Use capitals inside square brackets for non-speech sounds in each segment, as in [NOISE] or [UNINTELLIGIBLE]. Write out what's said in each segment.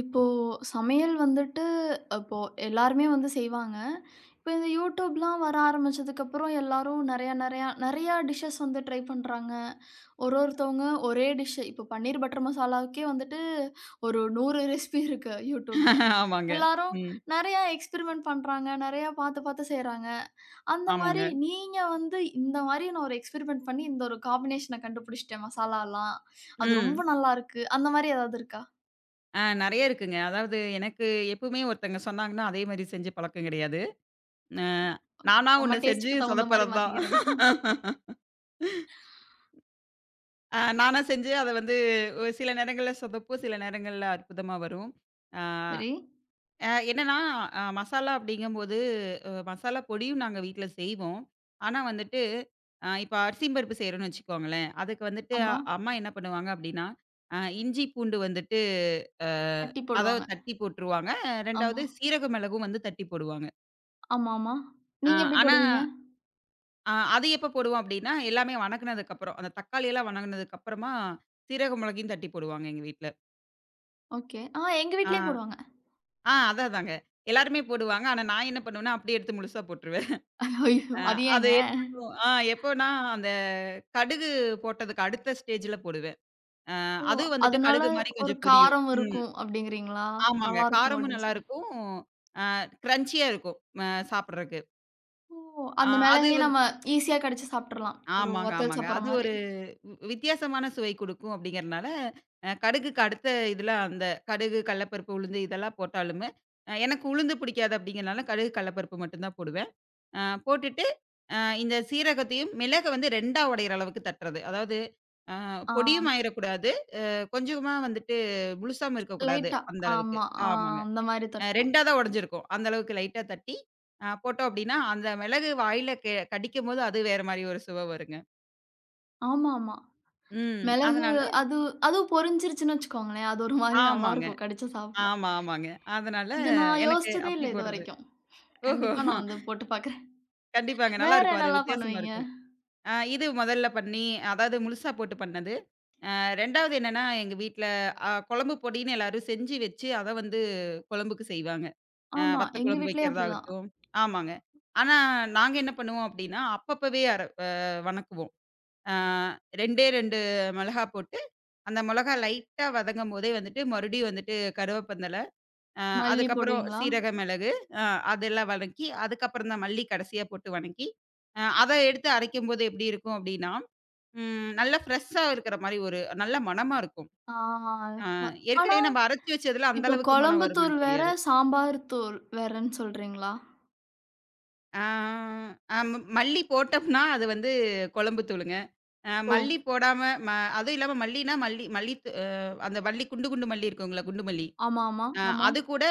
இப்போ சமையல் வந்துட்டு அப்போ எல்லாருமே வந்து செய்வாங்க. இப்போ இந்த யூடியூப்லாம் வர ஆரம்பிச்சதுக்கப்புறம் எல்லாரும் நெறையா நெறையா நெறையா டிஷ்ஷஸ் வந்து ட்ரை பண்றாங்க. ஒரு ஒருத்தவங்க ஒரே டிஷ் இப்போ பன்னீர் பட்டர் மசாலாவுக்கே வந்துட்டு ஒரு 100 ரெசிபி இருக்கு யூடியூப்ல. ஆமாங்க. எல்லாரும் ம். நெறையா எக்ஸ்பெரிமெண்ட் பண்றாங்க. நெறையா பாத்து பாத்து செய்றாங்க. அந்த மாரி ஆமாங்க. நீங்க வந்து இந்த மாரி நான் ஒரு எக்ஸ்பெரிமெண்ட் பண்ணி இந்த ஒரு காம்பினேஷன கண்டுபிடிச்சுட்டேன் மசாலாலாம். அது ரொம்ப ம். நல்லாருக்கு. அந்த மாரி ஏதாவது இருக்கா? ஆ நெறைய இருக்குங்க. அதாவது எனக்கு எப்பவுமே ஒருத்தங்க சொன்னாங்கன்னா, அதே மாரி செஞ்சு பழக்கம் கிடையாது. அ நானா நம்ம ஒண்ணு செஞ்சு டேஸ்ட்டுக்கு தகுந்த மாரி சொதப்புறது தான். மாத்திக்கிறது. நானா செஞ்சு அத வந்து ஒரு சில நேரங்கள்ல சொதப்பும், சில நேரங்கள்ல அற்புதமா வரும். ஆ. சரி. என்னன்னா, மசாலா அப்படிங்கும்போது, மசாலா பொடியும் நாங்க வீட்ல செய்வோம். ஆனா வந்துட்டு, இப்ப அரிசியும் பருப்பு செய்றோம்னு வச்சுக்கோங்களேன். அதுக்கு வந்துட்டு ஆமா. அம்மா என்ன பண்ணுவாங்க அப்படின்னா, இஞ்சி, பூண்டு வந்துட்டு அ தட்டி அத போடுவாங்க. தட்டி போட்டுருவாங்க. ஆமா. 2வது சீரக மிளகும் வந்து தட்டி போடுவாங்க. ஆமாமா. அ நீங்க எப்படி ஆனா போடுவீங்க? அது எப்ப போடுவோம் அப்படின்னா, எல்லாமே வணக்குனதுக்கு அப்புறம். அந்த தக்காளி எல்லாம் வணங்குனதுக்கு அப்புறமா, சீரக மிளகையும் தட்டி போடுவாங்க எங்க வீட்ல. ஓகே. ஆ, எங்க ஆ, வீட்லயும் போடுவாங்க. ஆ அதான் அதாங்க. எல்லாருமே போடுவாங்க. ஆனா நான் என்ன பண்ணுவேன்னா, அப்படியே எடுத்து முழுசா போட்டுருவேன். ஐயோ! அ அது அது ஏங்க? [UNINTELLIGIBLE] ஆ எப்போனா, அந்த கடுகு போட்டதுக்கு அடுத்த ஸ்டேஜ்ல போடுவேன். அ ஓ! அது வந்துட்டு அதனால கடுகு மாரி ஒரு கொஞ்சம் பொரியும். காரம் ம். இருக்கும் அப்படிங்கிறீங்களா? ஆமாங்க. நல்லாருக்கும் காரமும் அப்படின்னு சொல்லி. நல்லாருக்கும். கிரன்ச்சியா இருக்கும். அ சாப்பிடுறக்கு. ஓ! ஆ அந்த அது மிளகையும் வந்து நம்ம ஈஸியா கடிச்சு சாப்ட்டுறலாம். ஒரு ஆமாங்க, வத்தல் ஆமாங்க. சாப்பிடுற அது மாரி. ஒரு வி வித்தியாசமான சுவை குடுக்கும் அப்படிங்கிறனால, கடுகுக்கு அடுத்த இதுல அந்த கடுகு, கடலப்பருப்பு, உளுந்து இதெல்லாம் போட்டாலுமே, எனக்கு உளுந்து பிடிக்காது அப்படிங்கிறனால, கடுகு, கடலப்பருப்பு மட்டும் தான் போடுவேன். அ போட்டுட்டு, அ இந்த சீரகத்தையும், மிளக வந்து 2ஆ உடையிற அளவுக்கு தட்டுறது. அதாவது அ ஆ, பொடியும் ஆயிறக்கூடாது. கொஞ்சமா வந்துட்டு முழுசாவும் இருக்கக்கூடாது. லைட்டா. அந்த அளவுக்கு. ஆமா. ஆ, ஆமாங்க. அந்த மாரி தட்டணும். 2ஆ தான் உடைஞ்சிருக்கும். அந்த அளவுக்கு லைட்டா தட்டி, போட்டோம் அப்டின்னா, அந்த மிளகு வாயில கடிக்கும்போது அது வேற மாரி ஒரு சுவை வருங்க. ஆமாமா. ம். மிளகு அதனால அது அதுவும் பொரிஞ்சிருச்சுன்னு வச்சுக்கோங்களேன். அது ஒரு மாரி ஆமாங்க. நல்லாருக்கும் கடிச்சு சாப்பிட. ஆமா, ஆமாங்க. அதனால இது நான் எனக்கு யோசிச்சதே அப்டி இல்ல போடுறது. இதுவரைக்கும். ஓஹோ! கண்டிப்பா நான் வந்து போட்டு பாக்குறேன். கண்டிப்பாங்க. வேற நல்லாருக்கும். அது என்னலாம் வித்தியாசமா பண்ணுவீங்க? இருக்கும். இது முதல்ல பண்ணி, அதாவது முழுசா போட்டு பண்ணது. 2வது என்னன்னா, எங்க வீட்ல குழம்பு பொடின்னு எல்லாரும் செஞ்சு வச்சு, அத வந்து குழம்புக்கு செய்வாங்க. ஆமா, வத்த எங்க குழம்பு வீட்லயும் அப்படிதான். வைக்கிறதாகட்டும் ஆமாங்க. ஆனா, நாங்க என்ன பண்ணுவோம் அப்டின்னா, அப்பப்பவே அர அ வணக்குவோம். அ 2டே 2 மிளகா போட்டு, அந்த மிளகா லைட்டா வதங்கும்போதே வந்துட்டு, மறுபடியும் வந்துட்டு கருவேப்பந்தல, அ மல்லி அதுக்கப்புறம் போடுவீங்களா? சீரக மிளகு, அ அதெல்லாம் வதக்கி, அதுக்கப்புறம் தான் மல்லி கடைசியா போட்டு வணக்கி, அத எடுத்து அரைக்கும்போது எப்டி இருக்கும் அப்டின்னா, ம் நல்லா ஃப்ரெஷ்ஷா இருக்கிற மாரி ஒரு நல்ல மணமா இருக்கும். ஆ ஆ அ ஆனா, ஏற்கனவே நம்ம அரைச்சு வச்சதுல அந்த இப்போ அளவுக்கு மணம் குழம்பு தூள் வருமான்னு வேற, தெரியாது. சாம்பார் தூள் வேறன்னு சொல்றீங்களா? ஆ அ ம மல்லி போட்டோம்னா, அது வந்து குழம்பு தூளுங்க. ஓ! மல்லி போடாம ம அதுவும் இல்லாம மல்லினா மல்லி மல்லி த் அ அந்த மல்லி குண்டு குண்டு மல்லி இருக்குங்களா, குண்டு மல்லி. ஆமா, ஆமா, ஆமா. அது கூட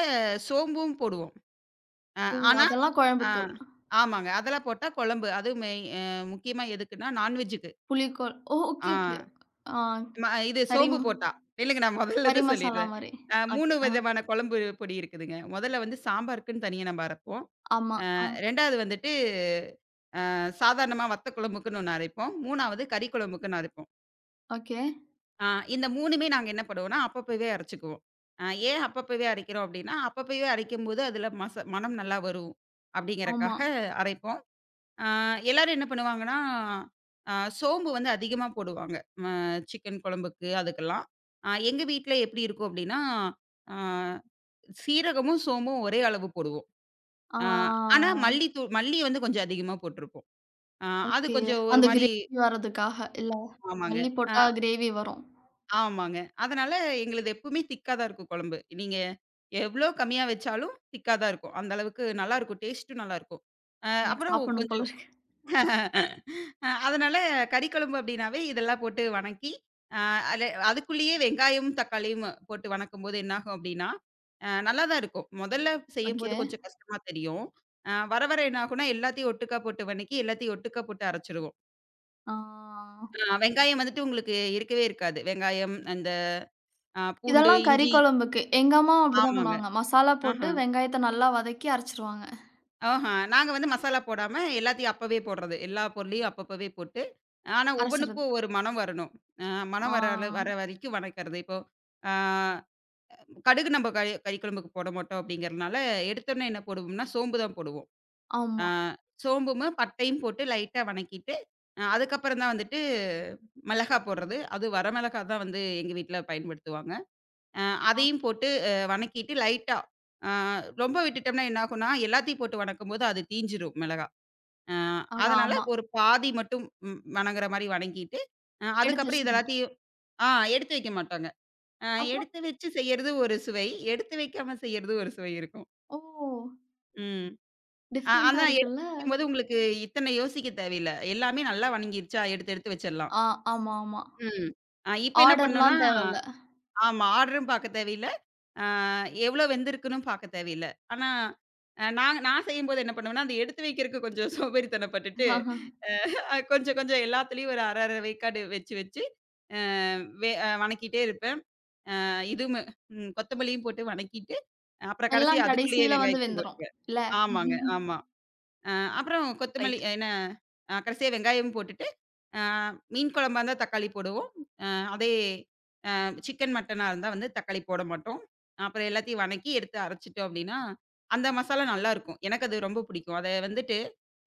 சோம்பும் போடுவோம். அ ஓ! ஆனா அதெல்லாம் குழம்பு ஆ தூள். ஆமாங்க. அதெல்லாம் போட்டா குழம்பு. அதுவும் மெய் அ முக்கியமா எதுக்குன்னா, நான்வெஜ்ஜுக்கு. புளிக்கொழ ஓ! ஆ ஓகே, ஓகே. ஆ, இது கறி சோம்பு ம- போட்டா இல்லைங்க நான் கறி முதல்லருந்து மசாலா சொல்லிடுறேன். மாரி. 3 ஓகே. ஆ. விதமான குழம்பு பொடி இருக்குதுங்க. முதல்ல வந்து சாம்பாருக்குன்னு தனியா நம்ம அரைப்போம். ஆமா. ஆ. 2வது வந்துட்டு, சாதாரணமா வத்த குழம்புக்குன்னு ஒண்ணு அரைப்போம். 3வது கறி குழம்புக்குன்னு அரைப்போம். ஓகே. அ இந்த 3மே நாங்க என்ன பண்ணுவோம்னா, அப்பப்பவே அரைச்சுக்குவோம். அ ஏன் அப்பப்பவே அரைக்கிறோம் அப்படின்னா, அப்பப்பவே அரைக்கும்போது அதில மனம் நல்லா வரும் ஆமா. அப்படிங்கிறக்காக அரைப்போம். அ எல்லாரும் என்ன பண்ணுவாங்கன்னா, அ சோம்பு வந்து அதிகமா போடுவாங்க. அ சிக்கன் குழம்புக்கு அதுக்கெல்லாம். எங்க வீட்ல எப்படி இருக்கும் அப்படின்னா, அ சீரகமும், சோம்பும் ஒரே அளவு போடுவோம். ஆ. அ ஆனா மல்லி வந்து கொஞ்சம் அதிகமா போட்டுருப்போம். ஆ அது ஓகே. கொஞ்சம் ஒரு அந்த மாரி கிரேவி வரதுக்காக இல்ல. ஆமாங்க. மல்லி ஆ போட்டா கிரேவி வரும். ஆமாங்க. அதனால எங்களுது எப்பவுமே திக்கா தான் இருக்கும் குழம்பு. நீங்க எவ்ளோ கம்மியா வச்சாலும் திக்கா தான் இருக்கும். அந்த அளவுக்கு நல்லாருக்கும். டேஸ்ட்டும் நல்லாருக்கும். எனக்கு அப்புறம் சாப்பிடணும் போல கொஞ்சம் இருக்கு. [LAUGHS] அதனால கறி குழம்பு அப்டின்னாவே இதெல்லாம் போட்டு வணக்கி, அ அது அதுக்குள்ளேயே வெங்காயம், தக்காளியும் போட்டு வணக்கும்போது என்னாகும் அப்டின்னா, நல்லா தான் இருக்கும். முதல்ல ஓகே. செய்யும்போது கொஞ்சம் கஷ்டமா தெரியும். வர வர என்னாகும்னா எல்லாத்தையும் ஒட்டுக்கா போட்டு வணக்கி, எல்லாத்தையும் ஒட்டுக்கா போட்டு அரைச்சுருவோம். ஆ. ஆ வெங்காயம் வந்துட்டு உங்களுக்கு இருக்கவே இருக்காது. வெங்காயம், அந்த பூண்டு, இதெல்லாம் கறி இஞ்சி குழம்புக்கு. எங்க அம்மாவும் அப்படிதான் ஆமாங்க. பண்ணுவாங்க. மசாலா போட்டு ஆஹா, வெங்காயத்த நல்லா வதக்கி அரைச்சுருவாங்க. ஆஹா. நாங்க வந்து மசாலா போடாம எல்லாத்தையும் அப்பவே போடுறது. எல்லா பொருளையும் அப்பப்பவே போட்டு, ஆனா அரைச்சுறது. ஒவ்வொன்னுக்கும் ஒரு மனம் வரணும். அ மனம் ஆ. வர வர வரைக்கும் வணக்கறது. இப்போ ஆ கடுகு நம்ம கறிக்குழம்புக்கு போட மாட்டோம் அப்படிங்கிறனால, எடுத்தோனே என்ன போடுவோம்னா, சோம்பு தான் போடுவோம். ஆ ஆமா. சோம்பும், பட்டையும் போட்டு லைட்டா வணக்கிட்டு, அதுக்கப்புறம் தான் வந்துட்டு மிளகா போடுறது. அதுவும் வரமிளகா தான் வந்து எங்க வீட்ல பயன்படுத்துவாங்க. அ அ அதையும் போட்டு வணக்கிட்டு லைட்டா அ ரொம்ப விட்டுட்டோம்னா என்ன ஆகும்னா, எல்லாத்தையும் போட்டு வணக்கும்போது அது தீஞ்சிரும் மிளகா. அ அட அதனால ஆமா. ஒரு பாதி மட்டும் ம் வணங்குற மாரி வணங்கிட்டு, எடுத்து அதுக்கப்புறம் இது வச்சிரணும். எல்லாத்தையும் ஆ எடுத்து வைக்க மாட்டாங்க. அ அப்புறம் எடுத்து வச்சு செய்யறது ஒரு சுவை, எடுத்து வைக்காம செய்யறது ஒரு சுவை இருக்கும். ஓ! ம். டிஃபரெண்ட்டா ஆனா எடுத்து இருக்குல்ல. வைக்கும்போது உங்களுக்கு இத்தனை யோசிக்க தேவையில்ல. எல்லாமே நல்லா வணங்கிருச்சா எடுத்து எடுத்து வச்சிடலாம். ஆ, ஆமா, ஆமா. ம். இப்ப என்ன பண்ணணும்னா ஆர்டர்லாம் தேவல்ல. ஆமா ஆர்டரும் பார்க்க தேவையில்ல. ஆ எவ்வளோ வெந்திருக்குன்னு பார்க்க தேவையில்ல. ஆனா, நான் நான் செய்யும்போது என்ன பண்ணுவேன்னா, அந்த எடுத்து வைக்கிறக்கு கொஞ்சம் [LAUGHS] சோம்பேறித்தனப்பட்டுட்டு, [LAUGHS] கொஞ்சம் கொஞ்சம் எல்லாத்துலயும் ஒரு அரை, அரை வேக்காடு வச்சு வச்சு, அ வே அ வணக்கிட்டே இருப்பேன். இதுவுமே ம் கொத்தமல்லியும் போட்டு வணக்கிட்டு, அப்புறம் எல்லாம் கடைசியா அதுக்குள்ளேயே கடைசியில வந்து வெங்காயத்தையும் வெந்துரும். போட்டுருவேன். இல்ல? ஆமாங்க, [LAUGHS] ஆமா. அ அப்புறம் கொத்தமல்லி ரைட். என்ன கடைசியா வெங்காயம் போட்டுட்டு, அ மீன் குழம்பா இருந்தா தக்காளி போடுவோம். அ அதே சிக்கன், மட்டனா இருந்தா வந்து தக்காளி போட மாட்டோம். அப்புறம் எல்லாத்தையும் வணக்கி எடுத்து அரைச்சுட்டோம் அப்டின்னா, அந்த மசாலா நல்லாருக்கும். எனக்கு அது ரொம்ப பிடிக்கும். அத வந்துட்டு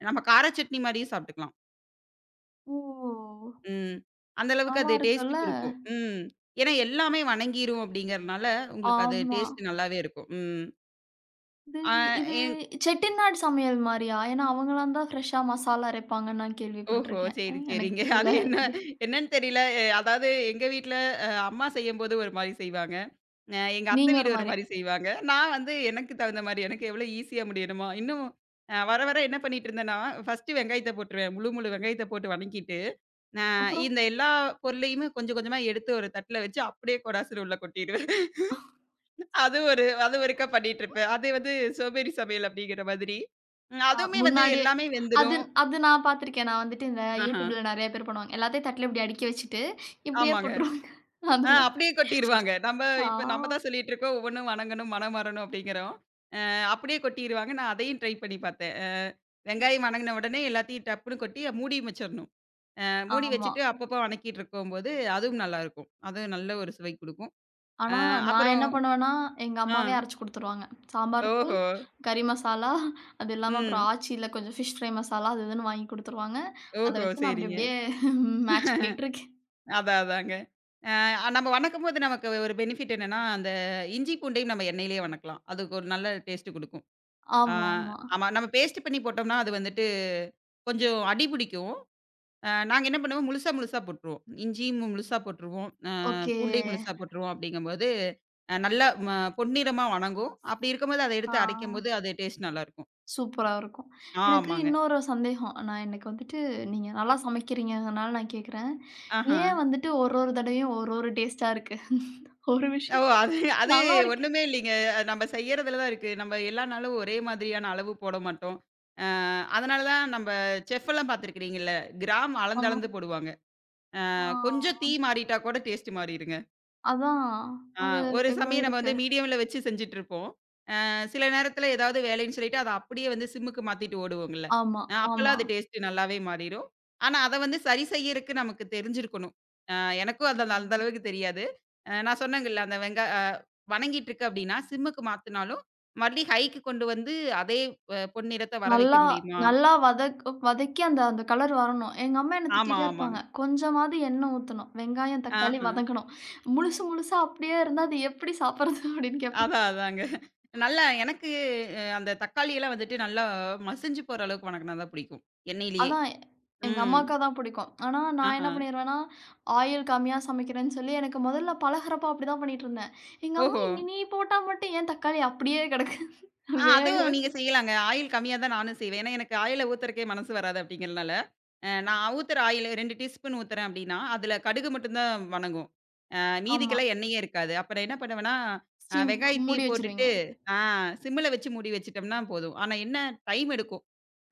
நம்ம கார சட்னி மாரியும் சாப்ட்டுக்கலாம். ஓ! ம். அந்த அளவுக்கு நல்லா அது இருக்குல்ல. டேஸ்ட்டு குடுக்கும். ம். ஏன்னா எல்லாமே வணங்கிரும் அப்டிங்கிறனால, உங்களுக்கு அது ஆமா. டேஸ்ட்டு நல்லாவே இருக்கும். ம். இது ஆ இது என் செட்டிநாடு சமையல் மாரியா? ஏன்னா அவங்கலாம் தான் ஃப்ரெஷ்ஷா மசாலா அரைப்பாங்கன்னு நான் ஓஹோ! கேள்விப்பட்டுருக்கேன். சரி, எனக்கு சரிங்க. அது தெரியல. என்ன என்னன்னு தெரியல. அதாவது எங்க வீட்ல அம்மா செய்யும்போது ஒரு மாரி செய்வாங்க. எங்க அத்தை நீங்க வீடு ஒரு ஒரு மாரி. மாரி செய்வாங்க. நான் வந்து எனக்கு தகுந்த மாரி, எனக்கு எவ்வளோ ஈஸியா முடியணுமோ இன்னும் வர வர என்ன பண்ணிட்டுருந்தேன்னா, ஃபர்ஸ்ட்டு வெங்காயத்த போட்டுருவேன். முழு முழு வெங்காயத்த போட்டு வணக்கிட்டு, அ அப்புறம் இந்த எல்லா பொருளையுமே கொஞ்சம் கொஞ்சமா எடுத்து ஒரு தட்டுல வச்சு அப்படியே கொடாசுல உள்ள கொட்டிருவேன். [LAUGHS] அது ஒருக்கா பண்ணிட்டுருப்பேன். அது வந்து சோம்பேறி சமையல் அப்படிங்கிற மாதிரி. ம் அதுவுமே வந்து முன்னாடியே எல்லாமே அது வெந்துரும். அது நான் பார்த்துருக்கேன். நான் வந்துட்டு இந்த ஆஹ. YouTubeல நெறைய பேர் பண்ணுவாங்க. எல்லாத்தையும் தட்டுல இப்படி அடுக்கி வச்சுட்டு, இப்படியே ஆமாங்க. போட்டுருவாங்க. [LAUGHS] அது ஆ மாரி. அப்படியே கொட்டிருவாங்க. ஆ, இப்ப நம்ம தான் சொல்லிட்டு இருக்கோம், ஒவ்வொன்னும் வணங்கணும், மனம் மாறணும் அப்படிங்கிறோம். அ அப்படியே கொட்டிருவாங்க. நான் அதையும் ட்ரை பண்ணி பார்த்தேன். வெங்காயம் வணங்குன உடனே எல்லாத்தையும் டப்புன்னு கொட்டி மூடி வச்சிரணும். மூடி ஆமா. வச்சுட்டு அப்பப்போ வணக்கிட்டு இருக்கும்போது, அதுவும் நல்லாயிருக்கும். அதுவும் நல்ல ஒரு சுவை குடுக்கும். ஆனா நான் அப்புறம் என்ன பண்ணுவேன்னா, எங்க ஆ அம்மாவே அரைச்சு குடுத்துருவாங்க. சாம்பார் தூள், ஓஹோ! கறி மசாலா, அது இல்லாம அப்புறம் ம். ஆச்சியில கொஞ்சம் ஃபிஷ் ஃப்ரை மசாலா அது இதுன்னு வாங்கி குடுத்துருவாங்க. அத ஓஹோ! வச்சு நான் அப்படி சரிங்க. அப்படியே [LAUGHS] மேட்ச் பண்ணிக்கிட்டு இருக்கேன். அதான் அதாங்க. அ நம்ம வணக்கும்போது நமக்கு ஒரு பெனிஃபிட் என்னன்னா, அந்த இஞ்சி பூண்டையும் நம்ம எண்ணெயிலேயே வணக்கலாம். அதுக்கு ஒரு நல்ல டேஸ்ட் குடுக்கும். ஆ ஆமா, ஆமா. ஆமா. நம்ம பேஸ்ட் பண்ணி போட்டோம்னா, அது வந்துட்டு கொஞ்சம் அடி பிடிக்கும். நாங்க என்ன பண்ணுவோம், முழுசா முழுசா போட்டுருவோம். இஞ்சியும் முழுசா போட்டுருவோம். ஓகே. பூண்டையும் முழுசா போட்டுருவோம். அப்படிங்கும்போது நல்லா பொன்னிறமா வணங்கும். அப்படி இருக்கும்போது அத எடுத்து அரைக்கும்போது ஆ. அது டேஸ்ட் நல்லாருக்கும். சூப்பரா இருக்கும். எனக்கு ஆமாங்க. இன்னொரு சந்தேகம். நான் எனக்கு வந்துட்டு நீங்க நல்லா சமைக்கிறீங்கங்கறனால நான் கேட்கிறேன். ஆஹா. ஏன் வந்துட்டு ஒரு ஒரு தடவையும் ஒரு ஒரு டேஸ்ட்டா இருக்கு? ஒரு ஓ! விஷயம் அது அது நல்லா இருக்கு. ஒண்ணுமே இல்லைங்க. அது நம்ம செய்யறதுல தான் இருக்கு. நம்ம எல்லா நாளும் ஒரே மாதிரியான அளவு போட மாட்டோம். அ அதனால தான் நம்ம செஃப்லாம் பார்த்துருக்கிறீங்கல்ல, கிராம் அளந்து ஆமா. அளந்து போடுவாங்க. கொஞ்சம் ஆ, தீ மாறிட்டா கூட டேஸ்ட் மாறிருங்க. அதான். ஆ அது ஒரு எவ்ளோ சமயம் நம்ம வந்து இருக்கு. மீடியம்ல வச்சு செஞ்சுட்டுருப்போம். சில நேரத்துல ஏதாவது வேலைன்னு சொல்லிட்டு, அத அப்படியே வந்து சிம்முக்கு மாத்திட்டு ஓடுவோங்கல்ல. ஆமா, அப்பலாம் ஆமா. அது டேஸ்ட்டு நல்லாவே மாறிரும். ஆனா, அத வந்து சரி செய்யறக்கு நமக்கு தெரிஞ்சிருக்கணும். அ எனக்கும் அது அந்த அந்த ம். அளவுக்கு தெரியாது. நான் சொன்னேங்கல்ல, அந்த வெங்க அ வணங்கிட்டுருக்கு அப்படின்னா, சிம்முக்கு மாத்துனாலும், மறுபடி ஹைக்கு கொண்டு வந்து அதே பொன்னிறத்த வர வைக்க நல்லா முடியுமா? நல்லா வதக்கி அந்த அந்த கலர் வரணும். எங்க அம்மா என்ன ஆமா, திட்டிட்டே ஆமாங்க. இருப்பாங்க. கொஞ்சமாவது எண்ணெய் ஊத்தணும். வெங்காயம், தக்காளி ஆஹ. வதங்கணும். முழுசு முழுசா அப்படியே இருந்தா அது எப்படி சாப்பிடுறது அப்படின்னு கேட்பாங்க. அதான், அதாங்க. நல்லா எனக்கு அந்த தக்காளியெல்லாம் வந்துட்டு நல்லா மசிஞ்சு போற அளவுக்கு வணங்குனா தான் பிடிக்கும். எண்ணெயிலேயே. அதான் எங்க ம். அம்மாக்கு அதான் பிடிக்கும். ஆனா, நான் ஆஹா. என்ன பண்ணிருவேன்னா, ஆயில் கம்மியா சமைக்கிறேன்னு சொல்லி எனக்கு முதல்ல பழகுறப்போ அப்படிதான் பண்ணிட்டு இருந்தேன். எங்க அம்மா, ஓஹோ! "நீ நீ போட்டா மட்டும் ஏன் தக்காளி அப்படியே கிடக்கு? ஆ [LAUGHS] வேகவே." அதுவும் நீங்க செய்யலாங்க. ஆயில் கம்மியா தான் நானும் செய்வேன். ஏன்னா, எனக்கு ஆயில ஊத்துறக்கே மனசு வராது அப்படிங்கிறனால, நான் ஊத்துற ஆயில் 2 டீஸ்பூன் ஊத்துறேன் அப்படின்னா, அதில கடுகு மட்டும் தான் வணங்கும். ஆமா. மீதிக்கெல்லாம் எண்ணெயே இருக்காது. அப்புறம் என்ன பண்ணுவேன்னா, ஸ்டீம் மூடி வெங்காயத்தையும் போட்டுட்டு வச்சுருவீங்க. ஆ சிம்ல வச்சு மூடி வச்சுட்டோம்னா போதும். ஆனா என்ன டைம் எடுக்கும்.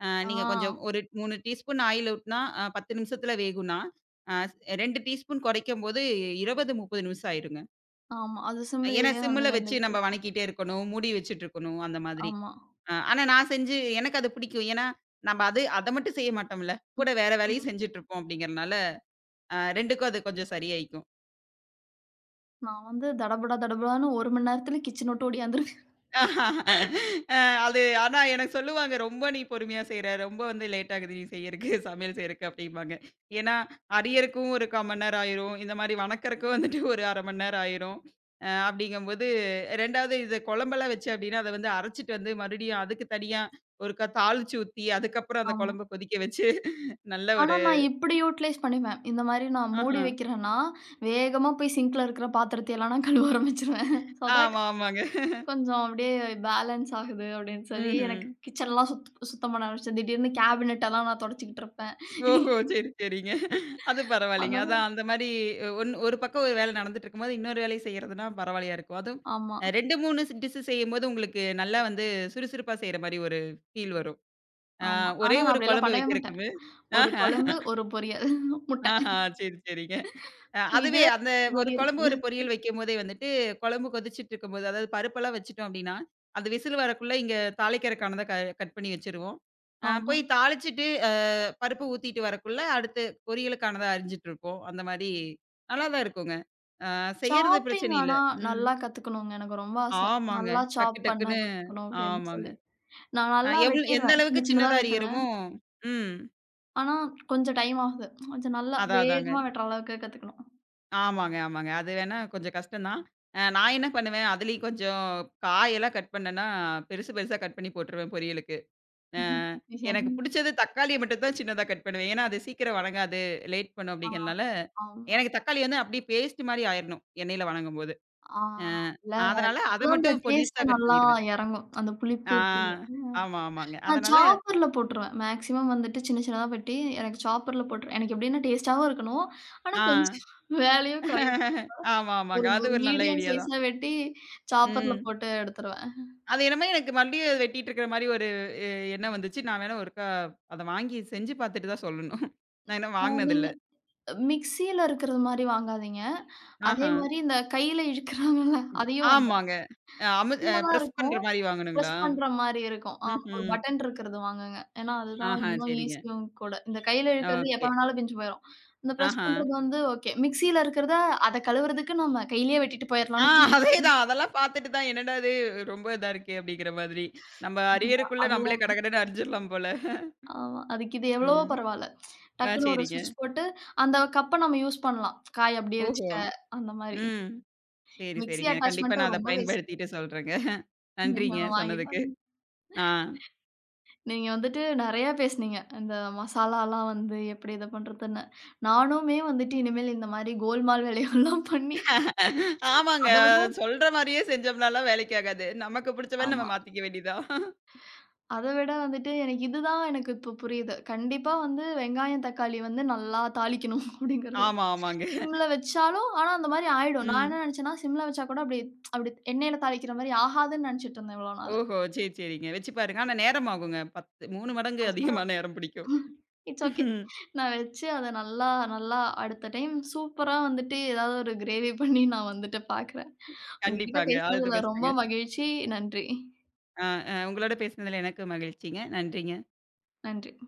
ஆ, நீங்க கொஞ்சம் ஒரு 3 டீஸ்பூன் ஆயில் ஊத்துனா, 10 நிமிஷத்தில வேகும்னா, அ 2 டீஸ்பூன் குறைக்கும்போது 20, 30 நிமிஷம் ஆயிருங்க. ஆமா. அது ஏன்னா சிம்லயே வந்து சிம்ல வச்சு வெந்துட்டு நம்ம இருக்கு. வணக்கிட்டே இருக்கணும், மூடி வச்சுட்டு இருக்கணும் அந்த மாதிரி. ஆமா. ஆனா நான் செஞ்சு எனக்கு அது பிடிக்கும். ஏன்னா, நம்ம அத மட்டும் செய்ய மாட்டோம்ல. கூட வேற வேலையும் ம். செஞ்சுட்டு இருப்போம் அப்படிங்கிறனால, 2க்கும் அது கொஞ்சம் சரியாயிக்கும். நான் வந்து தடபடா தடபடான்னு 1 மணி நேரத்துல கிச்சன் விட்டு ஓடியாந்துருவேன். அ அது ஆனா எனக்கு சொல்லுவாங்க, "ரொம்ப நீ பொறுமையா செய்ற. ரொம்ப வந்து லேட் ஆகுது நீ செய்யறக்கு, [LAUGHS] சமையல் செய்றக்கு" அப்படிம்பாங்க. ஏன்னா, அரியறக்கும் ஒரு 1/4 மணி நேரம் ஆயிரும். இந்த மாதிரி வணக்கறக்கும் வந்துட்டு ஒரு 1/2 மணி நேரம் ஆயிரும். அப்படிங்கும்போது 2வது இது குழம்பெல்லாம் வச்சேன் அப்படின்னா, அத வந்து அரைச்சுட்டு வந்து மறுபடியும் அதுக்கு தனியா ஒருக்கா தாளிச்சு ஊத்தி, அதுக்கப்புறம் [LAUGHS] அந்த ஆமா. குழம்ப கொதிக்க வச்சு, நல்ல ஆனா, ஒரு நான் இப்படி யூட்டிலைஸ் பண்ணுவேன். இந்த மாரி நான் ஆஹ. மூடி வைக்கிறேன்னா, வேகமா போய் சிங்க்ல இருக்கிற பாத்திரத்தையெல்லாம் நான் கழுவ ஆரம்பிச்சுருவேன். ஸோ தட் ஆமா, [LAUGHS] ஆமாங்க. கொஞ்சம் அப்படியே பேலன்ஸ் ஆகுது அப்படின்னு சொல்லி, ம்ஹ்ம். எனக்கு கிச்சன்லாம் சுத்தம் பண்ண ஆரம்பிச்சேன். திடீர்னு கேபினெட் எல்லாம் நான் தொடச்சுக்கிட்டு இருப்பேன். ஓஹோ! [LAUGHS] சரி, சரிங்க. அது பரவாயில்லைங்க. அந்த மாரி அதான் அந்த மாரி ஒரு பக்கம் ஒரு வேலை நடந்துட்டு இருக்கும்போது, இன்னொரு வேலைய செய்யறதுன்னா பரவாயில்லையா இருக்கும். அதுவும் ஆமா, 2, 3 டிஷ் செய்யும்போது உங்களுக்கு நல்லா வந்து சுறுசுறுப்பா செய்ற மாரி ஒரு ஃபீல் வரும். ஆ ஆமா. ஆனா ஒரே நான் ஒரு அப்படியெல்லாம் குழம்பு பண்ணவே மாட்டேன். வைக்கிறக்குமே ஒரு ஆஹா, குழம்பு, ஒரு பொரியல், முட்டை. ஆஹா. சரி, சரிங்க. அதுவே இதுவே அந்த ஒரு மாரி குழம்பு, இருக்குல்ல. ஒரு பொரியல் வைக்கும்போதே வந்துட்டு, குழம்பு கொதிச்சுட்டு இருக்கும்போது, அதாவது பருப்பெல்லாம் வச்சுட்டோம் அப்படின்னா, அது விசில் வரக்குள்ள இங்க தாளிக்கிறக்கானத கட் பண்ணி வச்சுருவோம். ஆமா. போய் தாளிச்சுட்டு, பருப்பு ஊத்திட்டு வரக்குள்ள, அடுத்து பொரியலுக்கானத அறிஞ்சிட்டுருப்போம். அந்த மாரி நல்லா தான் இருக்குங்க. அ செய்யறது சாப்பிங் பிரச்சனை இல்ல. ஆனா ம். நல்லா கத்துக்கணுங்க. எனக்கு ரொம்ப ஆசை. ஆமாங்க. நல்லா டக்கு சாப் பண்ண டக்குன்னு கத்துக்கணும் அப்படின்னு ஆமாங்க. சொல்லி. நான் அ நல்லா எவ் எந்த வெட்டிருவேன். அளவுக்கு சின்ன சின்னதா சின்னதா வெட்டுவேன். அரியிறமோ ம். ஆனா கொஞ்சம் டைம் ஆகுது. கொஞ்சம் நல்லா அதான் அதாங்க. வேகமா வெட்டுற அளவுக்கு கத்துக்கணும். ஆமாங்க, ஆமாங்க. அது வேணா கொஞ்சம் கஷ்டம் தான். நான் என்ன பண்ணுவேன், அதிலேயும் கொஞ்சம் காயெல்லாம் கட் பண்ணேன்னா, பெருசு பெருசா கட் பண்ணி போட்டுருவேன் பொரியலுக்கு. அ எனக்கு [LAUGHS] புடிச்சது தக்காளிய மட்டும் தான் சின்னதா கட் பண்ணுவேன். ஏன்னா, அது சீக்கிரம் வணங்காது, லேட் பண்ணும் ஆ, அப்படிங்கிறனால, ஆமா. எனக்கு தக்காளி வந்து அப்படியே பேஸ்ட் மாரி ஆயிரணும், எண்ணெயில வணங்கும்போது. ஆ, அ இல்ல, அதனால அத அப்பதான் அந்த மட்டும் பொடிசா டேஸ்ட் கட் நல்லா பண்ணிருவேன். இறங்கும். அந்த புளிப்பு ஆ தெரியும். ஆமா, ஆமாங்க. நான் அதனால சாப்பர்ல போட்டுருவேன். மேக்ஸிமம் வந்துட்டு சின்ன சின்னதா வெட்டி எனக்கு சாப்பர்ல போட்டுருவேன். எனக்கு எப்படின்னா டேஸ்ட்டாவும் இருக்கணும். ஆனா ஆ கொஞ்சம் [LAUGHS] வேலையும் குறையும். [LAUGHS] ஆமா, ஆமாங்க. ஒரு அது ஒரு ஒரு நல்ல மீடியம் ஐடியா தான். சைஸா வெட்டி சாப்பர்ல ம். போட்டு எடுத்துருவேன். அது என்னமோ எனக்கு மறுபடியும் அது வெட்டிட்டு இருக்கிற மாரி ஒரு எ எண்ணம் வந்துச்சு. நான் வேணா ஒருக்கா அத வாங்கி செஞ்சு பார்த்துட்டு தான் சொல்லணும். நான் இன்னும் வாங்குனதில்ல. நீங்க மிக்ஸியில இருக்கிறது மாரி வாங்காதீங்க. அதே ஆஹா. மாரி இந்த கையில இழுக்கிறாங்கல்ல அதையும் ஆமாங்க. அ அமு அ சின்னதா பிரஸ் பண்ற இருக்கும். மாரி ப்ரெஸ் வாங்கணுங்களா? பண்ற மாரி இருக்கும். ஆ, ஒரு ம்ஹ்ம். பட்டன் இருக்கிறது வாங்குங்க. ஏன்னா, அதுதான் ஆஹா இன்னும் சரிங்க. ஈஸியும் கூட. இந்த கையில இழுக்கிறது எப்ப ஓகே. வேணாலும் பிஞ்சு போயிரும். இந்த ப்ரெஸ் ஆஹா. பண்றது வந்து ஓகே. மிக்ஸியில இருக்கிறத அத கழுவுறதுக்கு நம்ம கையிலேயே வெட்டிட்டு ஆ போயிரலாம்னு அதேதான். அதெல்லாம் பார்த்துட்டு தான் என்னடா இது ரொம்ப இதா இருக்கே அப்படிங்கிற மாதிரி. நம்ம [UNINTELLIGIBLE] அரியருக்குள்ள நம்மளே அதுதான் கடகடன்னு அரிஞ்சிடலாம் போல. ஆமா. அதுக்கு இது எவ்வளவோ ம். பரவால்ல. ஆ டக்குன்னு ஒரு சரிங்க. ஸ்விட்ச் போட்டு அந்த கப்ப நம்ம யூஸ் பண்ணலாம். காய் அப்படியே ஓஹோ! வச்சுக்க அந்த மாரி. ம். சரி, மிக்ஸி சரிங்க. கண்டிப்பா அட்டாச்மெண்ட்ட நான் அத ரொம்ப வேஸ்ட். பயன்படுத்திட்டு சொல்றேங்க. நீங்க நன்றிங்க ஒண்ணு வாங்கி சொன்னதுக்கு. பாருங்க. [LAUGHS] ஆ. நீங்க வந்துட்டு நெறையா பேசுனீங்க. இந்த மசாலாலாம் வந்து எப்படி இத பண்றதுன்னு. நானுமே வந்துட்டு இனிமேல் இந்த மாரி கோல்மால் வேலைகள்லாம் [LAUGHS] பண்ணி ஆமாங்க. அத விட அத சொல்ற மாரியே செஞ்சோம்னாலாம் வேலைக்கு ஆகாது. நமக்கு புடிச்ச மாரி நம்ம ஆமா. மாத்திக்க வேண்டியதுதான். அத விட வந்துட்டு எனக்கு இதுதான் எனக்கு இப்ப புரியுது. கண்டிப்பா வந்து வெங்காயம், தக்காளி வந்து நல்லா தாளிக்கணும் [LAUGHS] அப்படிங்கிறது. ஆமா, ஆமாங்க. சிம்ல வச்சாலும் ஆனா அந்த மாரி ஆயிடும். நான் ம். என்ன நெனச்சேன்னா, சிம்ல வச்சா கூட அப்படி அப்படி எண்ணெயில தாளிக்கிற மாரி ஆகாதுன்னு நெனச்சுட்டு இருந்தேன் இவ்வளோ நாளு. ஓஹோ! சரி, சரிங்க. வச்சு பாருங்க. ஆனா நேரம் ஆகுங்க. 10 3 மடங்கு அதிகமா நேரம் பிடிக்கும். It's okay. நான் வச்சு அத நல்லா நல்லா அடுத்த டைம் சூப்பரா வந்துட்டு ஏதாவது ஒரு கிரேவி பண்ணி நான் வந்துட்டு பாக்குறேன். உங்ககிட்ட கண்டிப்பாங்க. ஆல் தி பேசினதுல ரொம்ப பெஸ்ட்டுங்க. மகிழ்ச்சி. நன்றி. அ, அ உங்களோட பேசினதுல எனக்கும் மகிழ்ச்சிங்க. நன்றிங்க. நன்றி.